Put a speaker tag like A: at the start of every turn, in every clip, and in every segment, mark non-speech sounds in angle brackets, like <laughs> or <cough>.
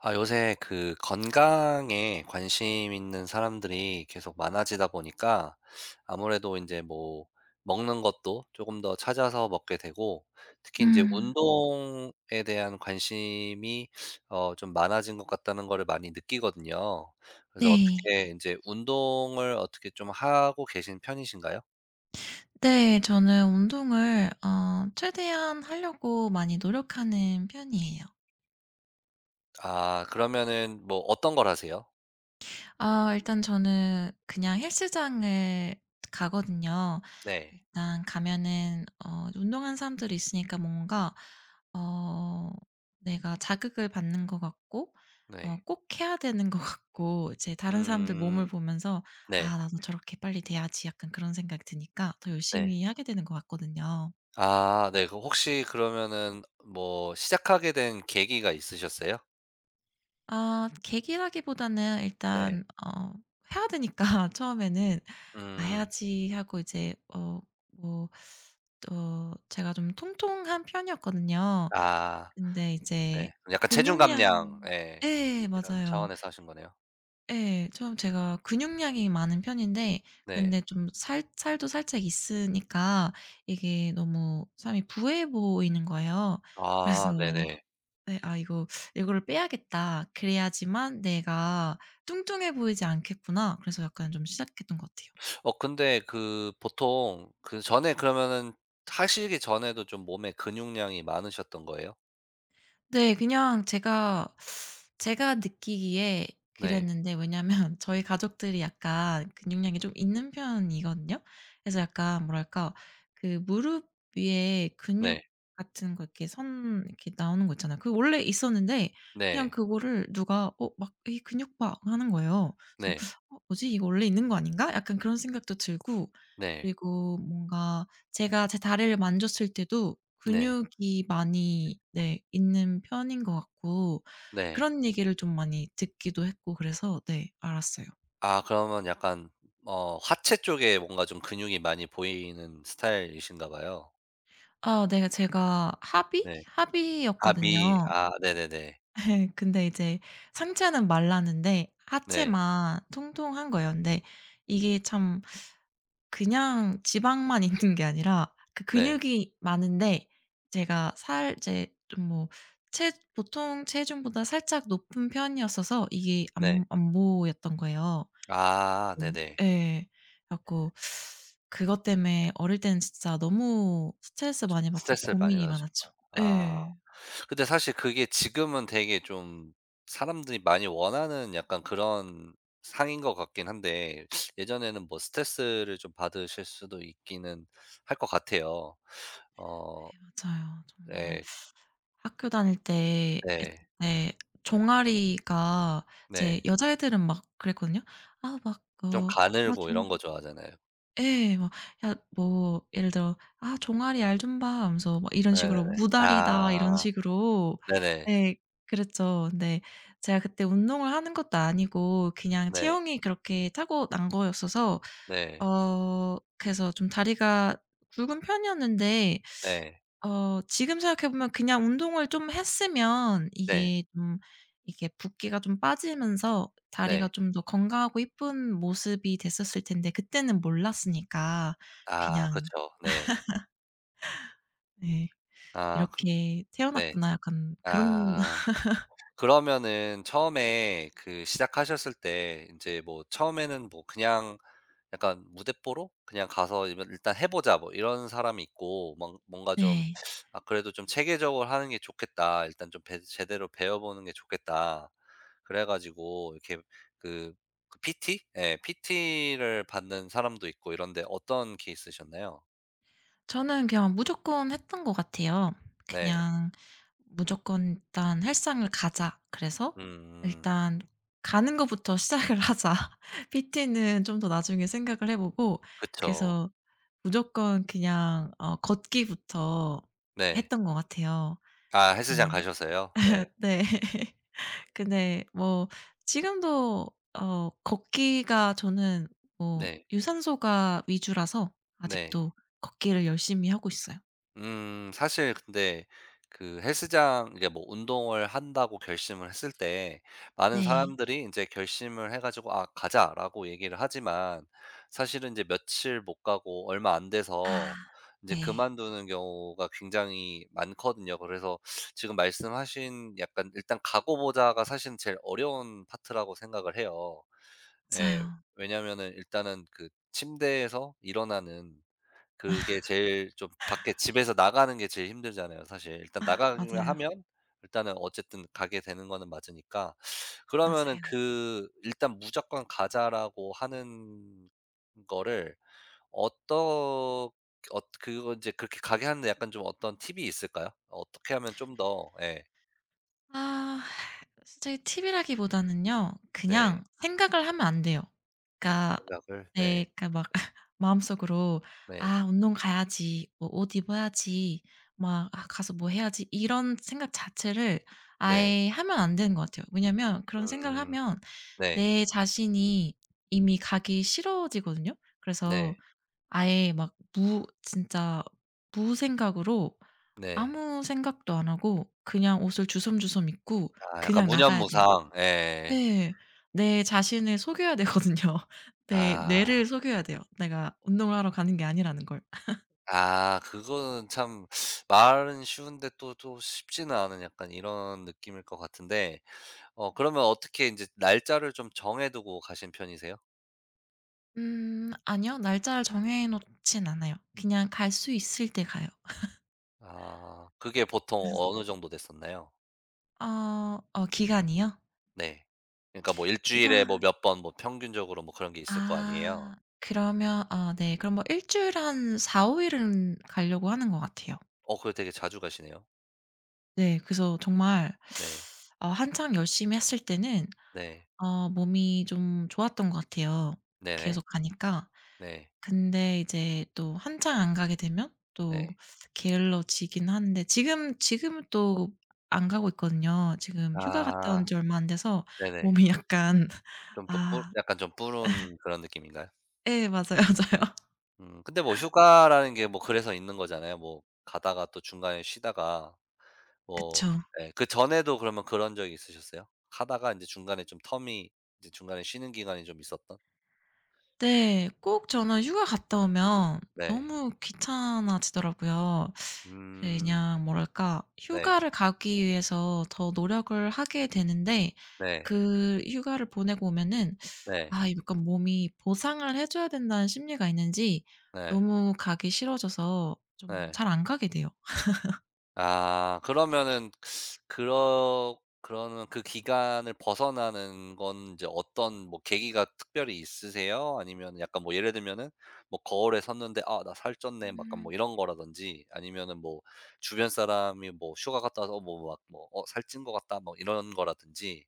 A: 아 요새 그 건강에 관심 있는 사람들이 계속 많아지다 보니까 아무래도 이제 뭐 먹는 것도 조금 더 찾아서 먹게 되고, 특히 이제
B: 음.
A: 운동에 대한 관심이 좀 많아진 것 같다는 거를 많이 느끼거든요. 그래서
B: 네.
A: 어떻게 이제 운동을 어떻게 좀 하고 계신 편이신가요?
B: 네. 저는 운동을 최대한 하려고 많이 노력하는 편이에요.
A: 아 그러면은 뭐 어떤 걸 하세요?
B: 일단 저는 그냥 헬스장을 가거든요.
A: 네.
B: 일단 가면은 운동하는 사람들이 있으니까 뭔가 어 내가 자극을 받는 것 같고
A: 네.
B: 꼭 해야 되는 것 같고 이제 다른 사람들 몸을
A: 음.
B: 보면서 '아
A: 네.
B: 나도 저렇게 빨리 돼야지.' 약간 그런 생각이 드니까 더
A: 네.
B: 열심히 하게 되는 것 같거든요.
A: 아 네. 그럼 혹시 그러면은 뭐 시작하게 된 계기가 있으셨어요?
B: 계기라기보다는
A: 네.
B: 일단 해야 되니까 <laughs> 처음에는 '아
A: 음.
B: 해야지.' 하고 이제 뭐 제가 좀 통통한 편이었거든요.
A: 아
B: 근데 이제
A: 네. 약간 체중
B: 근육량
A: 감량, 예.
B: 예
A: 이런
B: 맞아요.
A: 차원에서 하신 거네요.
B: 예. 처음 제가 근육량이 많은 편인데
A: 네.
B: 근데 좀 살 살도 살짝 있으니까 이게 너무 사람이 부해 보이는 거예요.
A: 아
B: 그래서
A: 네네.
B: 네. '아 이거를 빼야겠다. 그래야지만 내가 뚱뚱해 보이지 않겠구나.' 그래서 약간 좀 시작했던 것 같아요.
A: 근데 그 보통 그전에 그러면은 하시기 전에도 좀 몸에 근육량이 많으셨던 거예요?
B: 네. 그냥 제가 느끼기에
A: 네.
B: 그랬는데 왜냐면 <laughs> 저희 가족들이 약간 근육량이 좀 있는 편이거든요. 그래서 약간 뭐랄까 그 무릎 위에 근육
A: 네.
B: 같은 거 이렇게 선 이렇게 나오는 거 있잖아요. 그게 원래 있었는데 그냥
A: 네.
B: 그거를 누가 막 "에이 근육 봐." 하는 거예요.
A: 네.
B: 그래서 '어 뭐지? 이거 원래 있는 거 아닌가?' 약간 그런 생각도 들고
A: 네.
B: 그리고 뭔가 제가 제 다리를 만졌을 때도
A: 네.
B: 근육이 많이 네 있는 편인 것 같고
A: 네.
B: 그런 얘기를 좀 많이 듣기도 했고 그래서 네 알았어요.
A: 아 그러면 약간 하체 쪽에 뭔가 좀 근육이 많이 보이는 스타일이신가 봐요.
B: 아 네 제가 하비?
A: 네. 아 미.
B: 하비였거든요.
A: 아 네네네.
B: 예. <laughs> 근데 이제 상체는 말랐는데
A: 네.
B: 하체만 통통한 거예요. 근데 이게 참 그냥 지방만 <laughs> 있는 게 아니라 그
A: 네.
B: 근육이 많은데 제가 살 이제 좀 뭐 체 보통 체중보다 살짝 높은 편이었어서 이게
A: 네.
B: 안 보였던 거예요.
A: 아 네네.
B: 예. 그래 갖고 그것 때문에 어릴 때는 진짜 너무 스트레스
A: 좀
B: 많이 받고
A: 스트레스를 많이
B: 고민이 많았죠.
A: 받으셨구나. 아.
B: 예.
A: 근데 사실 그게 지금은 되게 좀 사람들이 많이 원하는 약간 그런 상인 것 같긴 한데, 예전에는 뭐 스트레스를 좀 받으실 수도 있기는 할 것 같아요. 어.
B: 예 맞아요. 정말
A: 네.
B: 학교 다닐 때
A: 네.
B: 이제 종아리가 이제
A: 네.
B: 여자애들은 막 그랬거든요. 아막
A: 좀
B: 어아
A: 가늘고
B: 종
A: 이런 거 좋아하잖아요.
B: 예. 뭐 야 뭐 예를 들어 "아 종아리 알 좀 봐." 하면서 막 이런 식으로
A: 네네네.
B: "무다리다." 이런
A: 아.
B: 식으로
A: 네네.
B: 예 그랬죠. 근데 제가 그때 운동을 하는 것도 아니고 그냥
A: 네.
B: 체형이 그렇게 타고난 거였어서
A: 네.
B: 그래서 좀 다리가 굵은 편이었는데
A: 네.
B: 지금 생각해 보면 그냥 운동을 좀 했으면
A: 네.
B: 이게 붓기가 좀 빠지면서 다리가
A: 네.
B: 좀 더 건강하고 이쁜 모습이 됐었을 텐데 그때는 몰랐으니까
A: 아
B: 그냥
A: 그렇죠. 네.
B: 네
A: 아 그.
B: '이렇게
A: 네.
B: 태어났구나.'
A: 음.
B: 약간 그런
A: 아
B: <laughs>
A: 그러면은 처음에 그 시작하셨을 때 인제 뭐 처음에는 뭐 그냥 약간 무대뽀로 그냥 가서 이면 '일단 해 보자.' 뭐 이런 사람이 있고, 뭔 뭔가 좀
B: 네.
A: '아 그래도 좀 체계적으로 하는 게 좋겠다. 일단 좀 배 제대로 배워 보는 게 좋겠다.' 그래 가지고 이렇게 그 그 PT? 예. PT를 받는 사람도 있고 이런데 어떤 케이스셨나요?
B: 저는 그냥 무조건 했던 것 같아요.
A: 네.
B: 그냥 무조건 일단 "헬스장을 가자." 그래서
A: 음. 음.
B: 일단 '가는 것부터 시작을 하자.' <laughs> PT는 좀 더 나중에 생각을 해 보고
A: 그쵸.
B: 그래서 무조건 그냥 걷기부터
A: 네.
B: 했던 것 같아요.
A: 아 헬스장
B: 일단
A: 가셔서요? 네.
B: <laughs> 네. <laughs> 근데 뭐 지금도 걷기가 저는 뭐
A: 네.
B: 유산소가 위주라서
A: 네.
B: 아직도 걷기를 열심히 하고 있어요.
A: 사실 근데 그 헬스장 이제 뭐 운동을 한다고 결심을 했을 때 많은
B: 네.
A: 사람들이 인제 결심을 해 가지고 "아 가자."라고 얘기를 하지만, 사실은 인제 며칠 못 가고 얼마 안
B: 아
A: 돼서 인제
B: 네.
A: 그만두는 경우가 굉장히 많거든요. 그래서 지금 말씀하신 약간 "일단 가고 보자."가 사실은 제일 어려운 파트라고 생각을 해요. 예.
B: 맞아요.
A: 왜냐면은 일단은 그 침대에서 일어나는 그게
B: <laughs>
A: 제일 좀, 밖에 집에서 나가는 게 제일 힘들잖아요 사실. 일단
B: 아
A: 나가기만
B: 맞아요,
A: 하면 일단은 어쨌든 가게 되는 거는 맞으니까. 그러면은
B: 맞아요.
A: 그 일단 무조건 가자라고 하는 거를, 어떠, 그거 인제 그렇게 가게 하는데 약간 좀 어떤 팁이 있을까요? 어떻게 하면 좀 더, 예.
B: 아 솔직히 팁이라기보다는요.
A: 네.
B: 그냥 생각을 하면 안 돼요. 그러니까
A: 생각을, 네.
B: 네 그러니까 막 <laughs> 마음속으로
A: 네.
B: '아 운동 가야지. 뭐 옷 입어야지.' 막 '아 가서 뭐 해야지.' 이런 생각 자체를
A: 네.
B: 아예 하면 안 되는 것 같아요. 왜냐면 그런 생각을
A: 음.
B: 하면
A: 네.
B: 내 자신이 이미 가기 싫어지거든요.
A: 네.
B: 그래서 아예 막 무 진짜 무생각으로
A: 네.
B: 아무 생각도 안 하고 그냥 옷을 주섬주섬 입고
A: 아 약간
B: 그냥 나가야 돼요.
A: 무념무상. 예.
B: 네. 내 자신을 속여야 되거든요. <laughs> 내 뇌를
A: 아.
B: 속여야 돼요. 내가 운동을 하러 가는 게 아니라는 걸.
A: 아 그거는 참 말은 쉬운데 또 또 쉽지는 않은 약간 이런 느낌일 것 같은데, 그러면 어떻게 인제 날짜를 좀 정해 두고 가신 편이세요?
B: 아니요. 날짜를 정해 놓진 않아요. 그냥 갈 수 있을 때 가요.
A: 아 그게 보통
B: 그래서
A: 어느 정도 됐었나요?
B: 기간이요?
A: 네. 그러니까 뭐 일
B: 기간
A: 주일에 뭐 몇 번 뭐 평균적으로 뭐 그런 게 있을 거
B: 아
A: 아니에요?
B: 그러면 네 그럼 뭐 일 주일에 한 4-5 일은 가려고 하는 것 같아요.
A: 그거 되게 자주 가시네요.
B: 네. 그래서 정말
A: 네.
B: 한창 열심히 했을 때는
A: 네.
B: 몸이 좀 좋았던 것 같아요,
A: 네네.
B: 계속 가니까.
A: 네.
B: 근데 이제 또 한창 안 가게 되면 또
A: 네.
B: 게을러지긴 한데 지금은 또 안 가고 있거든요. 지금 휴가 갔다 온
A: 아
B: 지 얼마 안 돼서
A: 네네.
B: 몸이 약간
A: 좀 또 뿌
B: 아
A: 약간 좀 뿌른 그런 느낌인가요?
B: 예 맞아요, <laughs> 맞아요.
A: 근데 뭐 휴가라는 게 뭐 그래서 있는 거잖아요. 뭐 가다가 또 중간에 쉬다가
B: 그쵸.
A: 뭐. 예, 그전에도 그러면 그런 적이 있으셨어요? 하다가 이제 중간에 좀 텀이, 이제 중간에 쉬는 기간이 좀 있었던?
B: 네. 꼭 저는 휴가 갔다 오면
A: 네.
B: 너무 귀찮아지더라고요.
A: 음.
B: 그냥 뭐랄까
A: 네.
B: 휴가를 가기 위해서 더 노력을 하게 되는데
A: 네.
B: 그 휴가를 보내고 오면은
A: 네.
B: 약간 몸이 보상을 해 줘야 된다는 심리가 있는지
A: 네.
B: 너무 가기 싫어져서 좀
A: 네.
B: 잘 안 가게 돼요.
A: 아 그러면은, 그러, 그러면 그 기간을 벗어나는 건 이제 어떤 뭐 계기가 특별히 있으세요? 아니면 약간 뭐 예를 들면은 뭐 거울에 섰는데 '아 나 살쪘네.' 막 약간 뭐
B: 음.
A: 이런 거라든지, 아니면은 뭐 주변 사람이 뭐 휴가 갔다 와서 뭐막뭐 "어 살찐 것 같다." 뭐 이런 거라든지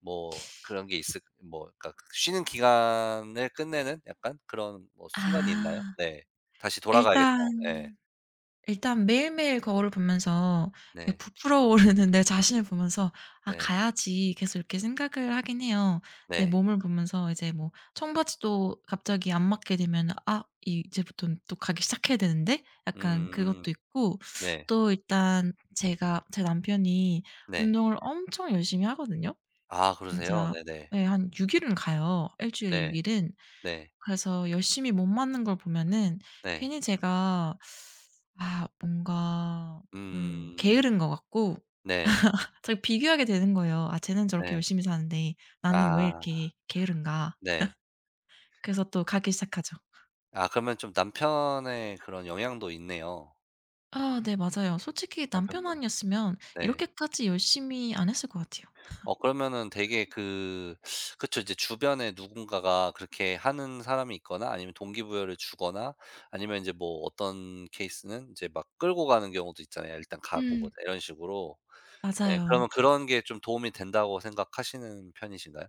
A: 뭐 그런 게 있을 뭐, 그러니까 그 쉬는 기간을 끝내는 약간 그런 뭐 순간이 있나요?
B: 아.
A: 네. '다시 돌아가야겠다.' 네.
B: 일단 일단 매일매일 거울을 보면서 이렇게
A: 네.
B: 부풀어 오르는 <laughs> 내 자신을 보면서 '아
A: 네.
B: 가야지.' 계속 이렇게 생각을 하긴 해요. 내
A: 네.
B: 몸을 보면서 이제 뭐 청바지도 갑자기 안 맞게 되면 '아 이제부턴 또 가기 시작해야 되는데?' 약간
A: 음.
B: 그것도 있고
A: 네.
B: 또 일단 제가 제 남편이
A: 네.
B: 운동을 엄청 열심히 하거든요.
A: 아 그러세요?
B: 진짜
A: 네네.
B: 예 한 6 일은 가요. 일 주일에 6
A: 네.
B: 일은.
A: 네.
B: 그래서 열심히 못 맞는 걸 보면은
A: 네.
B: 괜히 제가 뭔가
A: 음.
B: 게으른 것 같고
A: 네.
B: 자꾸 비교하게 되는 거예요. '아 쟤는 저렇게
A: 네.
B: 열심히 사는데 나는 왜
A: 아
B: 이렇게 게으른가.'
A: 네.
B: 그래서 또 가기 시작하죠.
A: 아 그러면 좀 남편의 그런 영향도 있네요,
B: 아 네 맞아요. 솔직히 남편
A: 남편분.
B: 아니었으면
A: 네.
B: 이렇게까지 열심히 안 했을 것 같아요.
A: 그러면은 되게 그, 그쵸. 이제 주변에 누군가가 그렇게 하는 사람이 있거나, 아니면 동기부여를 주거나 아니면 인제 뭐 어떤 케이스는 이제 막 끌고 가는 경우도 있잖아요. "일단 가고
B: 음
A: 보자." 이런 식으로. 네.
B: 맞아요.
A: 그러면 그런 게 좀 도움이 된다고 생각하시는 편이신가요?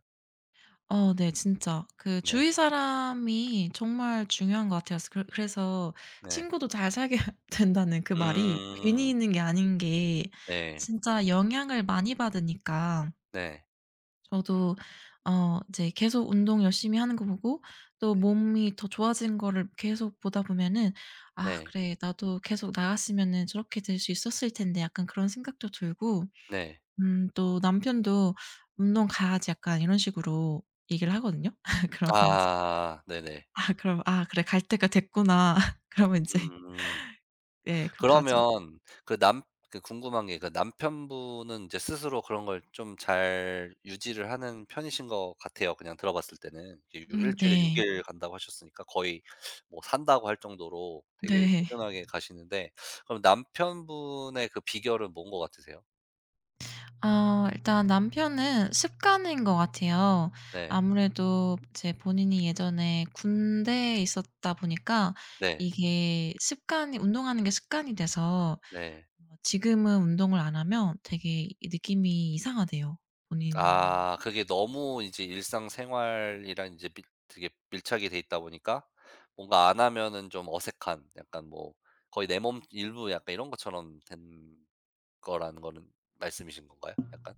B: 네. 진짜 그
A: 네.
B: 주위 사람이 정말 중요한 것 같아요. 그래 그래서
A: 네.
B: 친구도 잘 살게 <laughs> 된다는 그 말이 괜히
A: 음.
B: 있는 게 아닌 게
A: 네.
B: 진짜 영향을 많이 받으니까
A: 네.
B: 저도 이제 계속 운동 열심히 하는 거 보고 또 몸이 더 좋아진 거를 계속 보다 보면은 '아
A: 네.
B: 그래. 나도 계속 나갔으면은 저렇게 될 수 있었을 텐데.' 약간 그런 생각도 들고
A: 네.
B: 또 남편도 "운동 가야지." 약간 이런 식으로 얘기를 하거든요. <laughs> 그러면 이제
A: 아 네네.
B: 그럼 '아 그래 갈 때가 됐구나.' <laughs> 그러면 이제 <laughs>
A: 음.
B: 네 그럼 가죠.
A: 그러면 그 남, 그 궁금한 게 그 남편분은 이제 스스로 그런 걸 좀 잘 유지를 하는 편이신 것 같아요, 그냥 들어 봤을 때는. 이게 육 일주일에 6
B: 네.
A: 일 간다고 하셨으니까 거의 뭐 산다고 할 정도로 되게
B: 네.
A: 꾸준하게 가시는데, 그럼 남편분의 그 비결은 뭔 것 같으세요?
B: 일단 남편은 습관인 것 같아요.
A: 네.
B: 아무래도 이제 본인이 예전에 군대에 있었다 보니까
A: 네.
B: 이게 습관이 운동하는 게 습관이 돼서
A: 네.
B: 지금은 운동을 안 하면 되게 이 느낌이 이상하대요, 본인 말로.
A: 아 그게 너무 이제 일상생활이랑 이제 밀 되게 밀착이 돼 있다 보니까 뭔가 안 하면은 좀 어색한 약간 뭐 거의 내 몸 일부 약간 이런 것처럼 된 거라는 거는 말씀이신 건가요? 약간?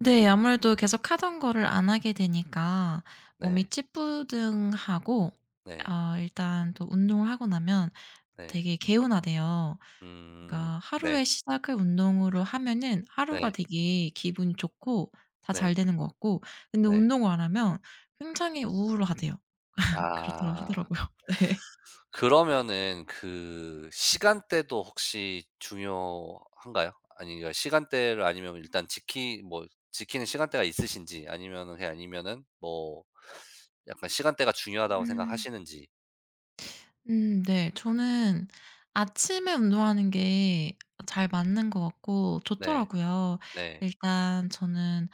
B: 네. 아무래도 계속 하던 거를 안 하게 되니까 몸이
A: 네.
B: 찌뿌둥하고
A: 네.
B: 일단 또 운동을 하고 나면
A: 네.
B: 되게 개운하대요.
A: 음.
B: 그러니까
A: 네.
B: 하루의 시작을 운동으로 하면은 하루가
A: 네.
B: 되게 기분이 좋고 다 잘
A: 네.
B: 되는 것 같고 근데
A: 네.
B: 운동을 안 하면 굉장히 우울하대요. 네. 그렇더라
A: 아.
B: 하더라고요. <laughs> 네.
A: 그러면은 그 시간대도 혹시 중요한가요? 아니 그러니까 시간대를 아니면 일단 지키 뭐 지키는 시간대가 있으신지, 아니면은 그냥, 아니면은 뭐 약간 시간대가 중요하다고
B: 음.
A: 생각하시는지.
B: 네. 저는 아침에 운동하는 게 잘 맞는 것 같고
A: 네.
B: 좋더라고요.
A: 네.
B: 일단 저는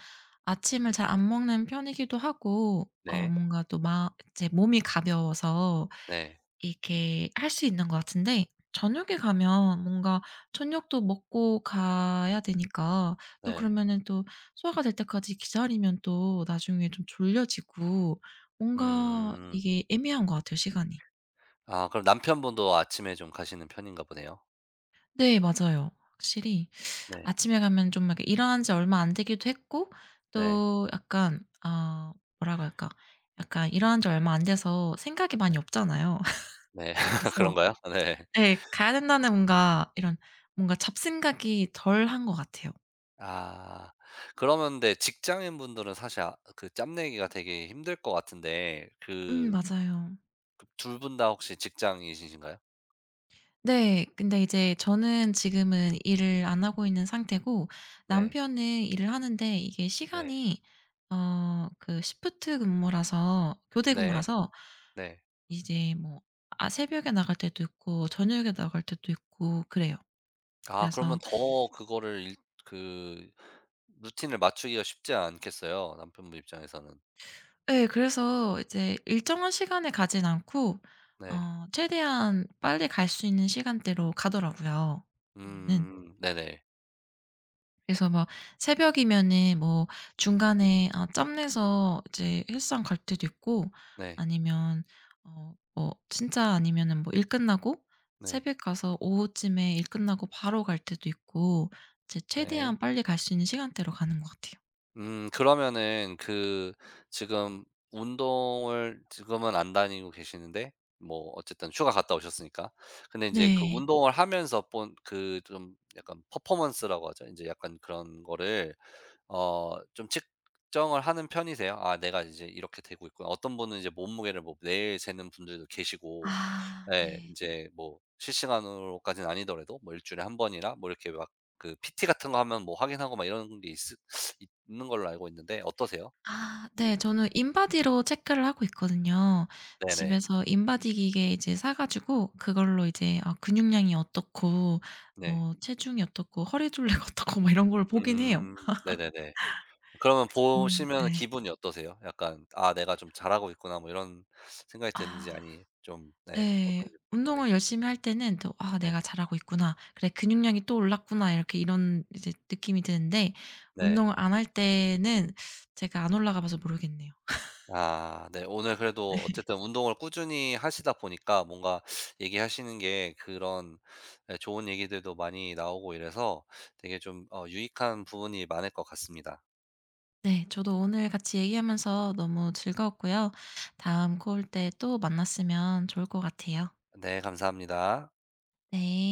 B: 아침을 잘 안 먹는 편이기도 하고
A: 네.
B: 뭔가 또 막 이제 몸이 가벼워서
A: 네.
B: 이렇게 할 수 있는 것 같은데 저녁에 가면 뭔가 저녁도 먹고 가야 되니까 또
A: 네.
B: 그러면은 또 소화가 될 때까지 기다리면 또 나중에 좀 졸려지고 뭔가
A: 음.
B: 이게 애매한 것 같아요, 시간이.
A: 아 그럼 남편분도 아침에 좀 가시는 편인가 보네요.
B: 네 맞아요. 확실히
A: 네.
B: 아침에 가면 좀 이렇게 일어난 지 얼마 안 되기도 했고
A: 네.
B: 또 약간 뭐라고 할까? 약간 일어난 지 얼마 안 돼서 생각이 많이
A: 네.
B: 없잖아요.
A: 네.
B: <laughs>
A: <laughs>
B: 그래서
A: 그런가요? 네.
B: 네 가야 된다는 뭔가 이런 뭔가 잡생각이 덜 한 것 같아요.
A: 아. 그러면 근데 직장인분들은 사실 아 그 짬내기가 되게 힘들 것 같은데,
B: 맞아요.
A: 그 둘 분 다 혹시 직장이신가요?
B: 네. 근데 이제 저는 지금은 일을 안 하고 있는 상태고
A: 네.
B: 남편은 일을 하는데 이게
A: 네.
B: 시간이 어 그 시프트 근무라서, 교대
A: 네.
B: 근무라서
A: 네.
B: 이제 뭐 새벽에 나갈 때도 있고 저녁에 나갈 때도 있고 그래요.
A: 아
B: 그래서
A: 그러면 더 그거를 일, 그, 루틴을 맞추기가 쉽지 않겠어요 남편분 입장에서는.
B: 예 그래서 이제 일정한 시간에 가진 않고
A: 네.
B: 최대한 빨리 갈 수 있는 시간대로 가더라고요. 면은
A: 음. 네네.
B: 그래서 막 새벽이면은 뭐 중간에 짬 내서 이제 헬스장 갈 때도 있고
A: 네.
B: 아니면 뭐 진짜 아니면은 뭐 일 끝나고
A: 네.
B: 새벽 가서 오후쯤에 일 끝나고 바로 갈 때도 있고 이제
A: 네.
B: 최대한 빨리 갈 수 있는 시간대로 가는 것 같아요.
A: 그러면은 그 지금 운동을 지금은 안 다니고 계시는데 뭐 어쨌든 휴가 갔다 오셨으니까. 근데 이제 그
B: 네.
A: 운동을 하면서 본 그 좀 약간 퍼포먼스라고 하죠. 이제 약간 그런 거를 좀 측정을 하는 편이세요? '아 내가 이제 이렇게 되고 있구나.' 어떤 분은 이제 몸무게를 뭐 매일 재는 분들도 계시고.
B: 아
A: 예. 이
B: 네.
A: 제 뭐 실시간으로까지는 아니더라도 뭐 일 주일에 한 번이나 뭐 이렇게 막 그 PT 같은 거 하면 뭐 확인하고 막 이런 게 있 있는 걸로 알고 있는데 어떠세요?
B: 아 네. 저는 인바디로 체크를 하고 있거든요.
A: 네네.
B: 집에서 인바디 기계 이제 사 가지고 그걸로 이제 근육량이 어떻고
A: 네.
B: 뭐 체중이 어떻고 허리 둘레가 <laughs> 어떻고 막 이런 걸 보긴 해요.
A: 음. 네네네. 그러면
B: 그래서
A: 보시
B: 보면
A: 면
B: 네.
A: 기분이 어떠세요? 약간 '아 내가 좀 잘하고 있구나.' 뭐 이런 생각이 드는지,
B: 아
A: 아니 좀 네
B: 네.
A: 어떤지 궁금하네요.
B: 운동을 열심히 할 때는 또 '아 내가
A: 네.
B: 잘하고 있구나. 그래 근육량이 또 올랐구나.' 이렇게 이런 이제 느낌이 드는데
A: 네.
B: 운동을 안 할 때는 제가 안 올라가 봐서 모르겠네요.
A: 아 네. 오늘 그래도 어쨌든 운동을 꾸준히 하시다 보니까 뭔가 얘기하시는 게 그런, 네, 좋은 얘기들도 많이 나오고 이래서 되게 좀 유익한 부분이 많을 것 같습니다.
B: 네. 저도 오늘 같이 얘기하면서 너무 즐거웠고요. 다음 콜 때 또 만났으면 좋을 것 같아요.
A: 네, 감사합니다.
B: 네.